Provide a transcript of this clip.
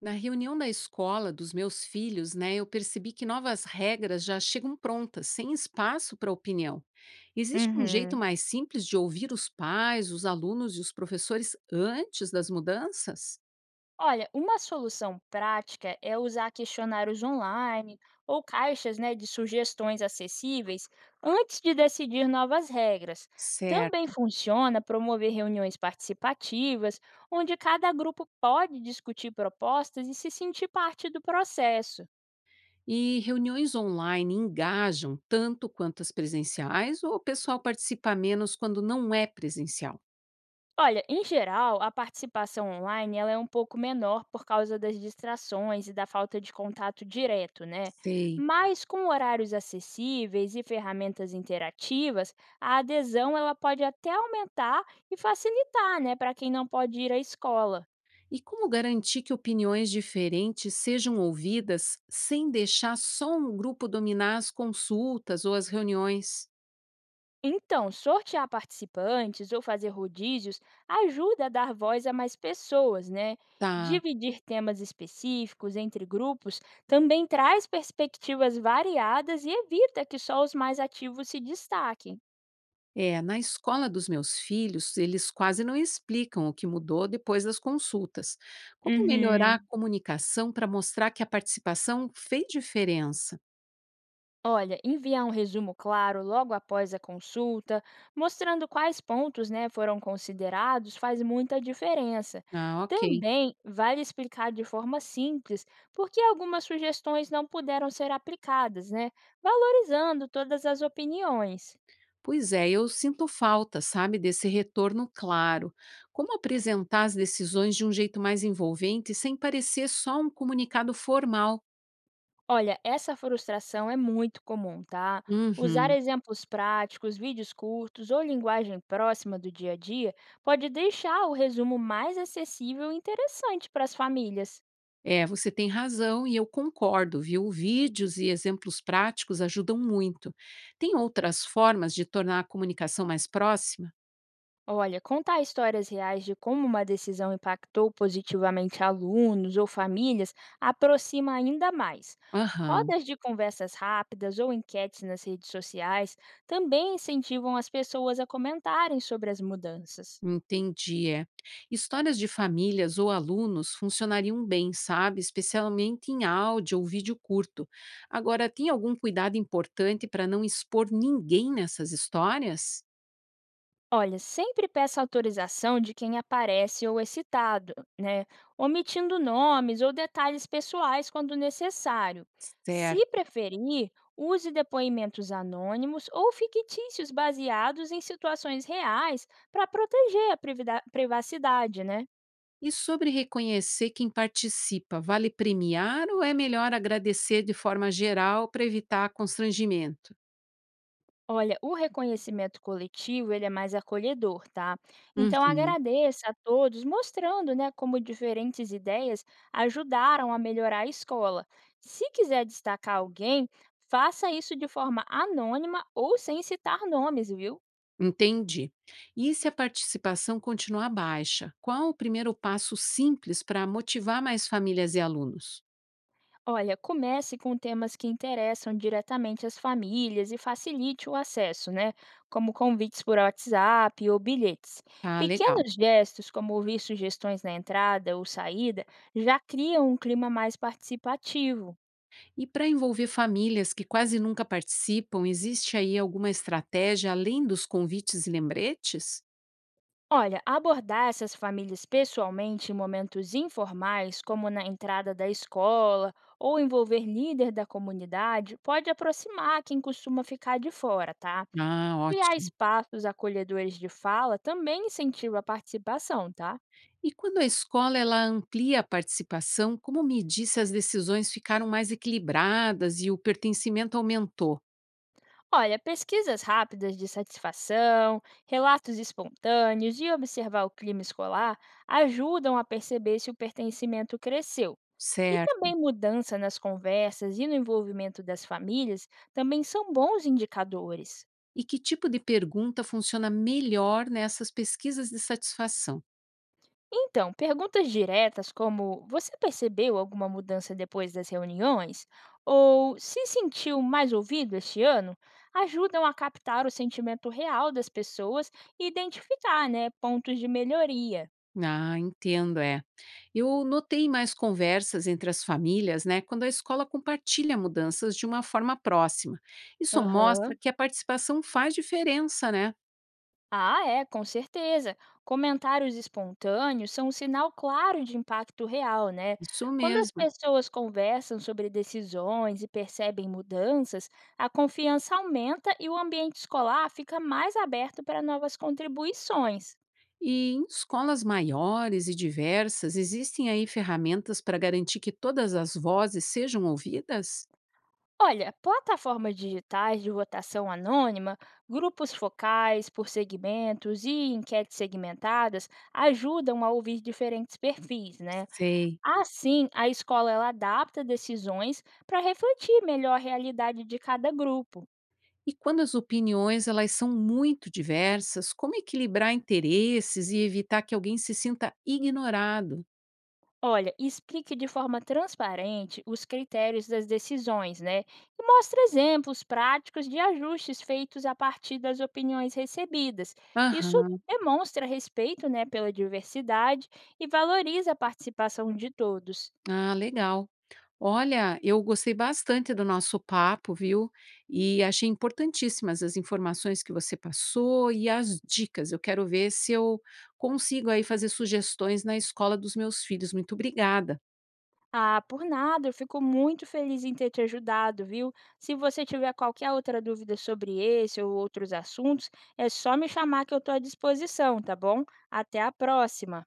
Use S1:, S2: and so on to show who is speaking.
S1: Na reunião da escola dos meus filhos, né, eu percebi que novas regras já chegam prontas, sem espaço para opinião. Existe um jeito
S2: Uhum.
S1: mais simples de ouvir os pais, os alunos e os professores antes das mudanças?
S2: Olha, uma solução prática é usar questionários online ou caixas, né, de sugestões acessíveis antes de decidir novas regras. Também
S1: Certo.
S2: funciona promover reuniões participativas, onde cada grupo pode discutir propostas e se sentir parte do processo.
S1: E reuniões online engajam tanto quanto as presenciais ou o pessoal participa menos quando não é presencial?
S2: Olha, em geral, a participação online ela é um pouco menor por causa das distrações e da falta de contato direto, né?
S1: Sei.
S2: Mas com horários acessíveis e ferramentas interativas, a adesão ela pode até aumentar e facilitar, né, para quem não pode ir à escola.
S1: E como garantir que opiniões diferentes sejam ouvidas sem deixar só um grupo dominar as consultas ou as reuniões?
S2: Então, sortear participantes ou fazer rodízios ajuda a dar voz a mais pessoas, né?
S1: Tá.
S2: Dividir temas específicos entre grupos também traz perspectivas variadas e evita que só os mais ativos se destaquem.
S1: É, na escola dos meus filhos, eles quase não explicam o que mudou depois das consultas. Como melhorar
S2: Uhum.
S1: a comunicação para mostrar que a participação fez diferença?
S2: Olha, enviar um resumo claro logo após a consulta, mostrando quais pontos, né, foram considerados, faz muita diferença.
S1: Ah, ok.
S2: Também vale explicar de forma simples por que algumas sugestões não puderam ser aplicadas, né, valorizando todas as opiniões.
S1: Pois é, eu sinto falta, sabe, desse retorno claro. Como apresentar as decisões de um jeito mais envolvente sem parecer só um comunicado formal?
S2: Olha, essa frustração é muito comum, tá? Usar
S1: Uhum.
S2: exemplos práticos, vídeos curtos ou linguagem próxima do dia a dia pode deixar o resumo mais acessível e interessante para as famílias.
S1: É, você tem razão e eu concordo, viu? Vídeos e exemplos práticos ajudam muito. Tem outras formas de tornar a comunicação mais próxima?
S2: Olha, contar histórias reais de como uma decisão impactou positivamente alunos ou famílias aproxima ainda mais.
S1: Aham.
S2: Rodas de conversas rápidas ou enquetes nas redes sociais também incentivam as pessoas a comentarem sobre as mudanças.
S1: Entendi, é. Histórias de famílias ou alunos funcionariam bem, sabe? Especialmente em áudio ou vídeo curto. Agora, tem algum cuidado importante para não expor ninguém nessas histórias?
S2: Olha, sempre peça autorização de quem aparece ou é citado, né? Omitindo nomes ou detalhes pessoais quando necessário. Se
S1: Certo.
S2: preferir, use depoimentos anônimos ou fictícios baseados em situações reais para proteger a privacidade, né?
S1: E sobre reconhecer quem participa, vale premiar ou é melhor agradecer de forma geral para evitar constrangimento?
S2: Olha, o reconhecimento coletivo, ele é mais acolhedor, tá? Então
S1: Uhum.
S2: agradeça a todos, mostrando, né, como diferentes ideias ajudaram a melhorar a escola. Se quiser destacar alguém, faça isso de forma anônima ou sem citar nomes, viu?
S1: Entendi. E se a participação continuar baixa, qual o primeiro passo simples para motivar mais famílias e alunos?
S2: Olha, comece com temas que interessam diretamente as famílias e facilite o acesso, né? Como convites por WhatsApp ou bilhetes.
S1: Ah, legal.
S2: Pequenos gestos, como ouvir sugestões na entrada ou saída, já criam um clima mais participativo.
S1: E para envolver famílias que quase nunca participam, existe aí alguma estratégia além dos convites e lembretes?
S2: Olha, abordar essas famílias pessoalmente em momentos informais, como na entrada da escola, ou envolver líder da comunidade, pode aproximar quem costuma ficar de fora, tá?
S1: Ah,
S2: Criar
S1: ótimo.
S2: espaços acolhedores de fala também incentiva a participação, tá?
S1: E quando a escola ela amplia a participação, como medir se as decisões ficaram mais equilibradas e o pertencimento aumentou?
S2: Olha, pesquisas rápidas de satisfação, relatos espontâneos e observar o clima escolar ajudam a perceber se o pertencimento cresceu. E
S1: Certo.
S2: também mudança nas conversas e no envolvimento das famílias também são bons indicadores.
S1: E que tipo de pergunta funciona melhor nessas pesquisas de satisfação?
S2: Então, perguntas diretas como: Você percebeu alguma mudança depois das reuniões? Ou se sentiu mais ouvido este ano? Ajudam a captar o sentimento real das pessoas e identificar, né, pontos de melhoria.
S1: Ah, entendo, é. Eu notei mais conversas entre as famílias, né, quando a escola compartilha mudanças de uma forma próxima. Isso mostra
S2: Aham.
S1: que a participação faz diferença, né?
S2: Ah, é, com certeza. Comentários espontâneos são um sinal claro de impacto real, né?
S1: Isso
S2: Quando as
S1: mesmo.
S2: pessoas conversam sobre decisões e percebem mudanças, a confiança aumenta e o ambiente escolar fica mais aberto para novas contribuições.
S1: E em escolas maiores e diversas, existem aí ferramentas para garantir que todas as vozes sejam ouvidas?
S2: Olha, plataformas digitais de votação anônima, grupos focais por segmentos e enquetes segmentadas ajudam a ouvir diferentes perfis, né?
S1: Sei.
S2: Assim, a escola ela adapta decisões para refletir melhor a realidade de cada grupo.
S1: E quando as opiniões elas são muito diversas, como equilibrar interesses e evitar que alguém se sinta ignorado?
S2: Olha, explique de forma transparente os critérios das decisões, né? E mostre exemplos práticos de ajustes feitos a partir das opiniões recebidas. Isso
S1: Aham.
S2: demonstra respeito, né, pela diversidade e valoriza a participação de todos.
S1: Ah, legal. Olha, eu gostei bastante do nosso papo, viu? E achei importantíssimas as informações que você passou e as dicas. Eu quero ver se eu consigo aí fazer sugestões na escola dos meus filhos. Muito obrigada.
S2: Ah, por nada, eu fico muito feliz em ter te ajudado, viu? Se você tiver qualquer outra dúvida sobre esse ou outros assuntos, é só me chamar que eu estou à disposição, tá bom? Até a próxima!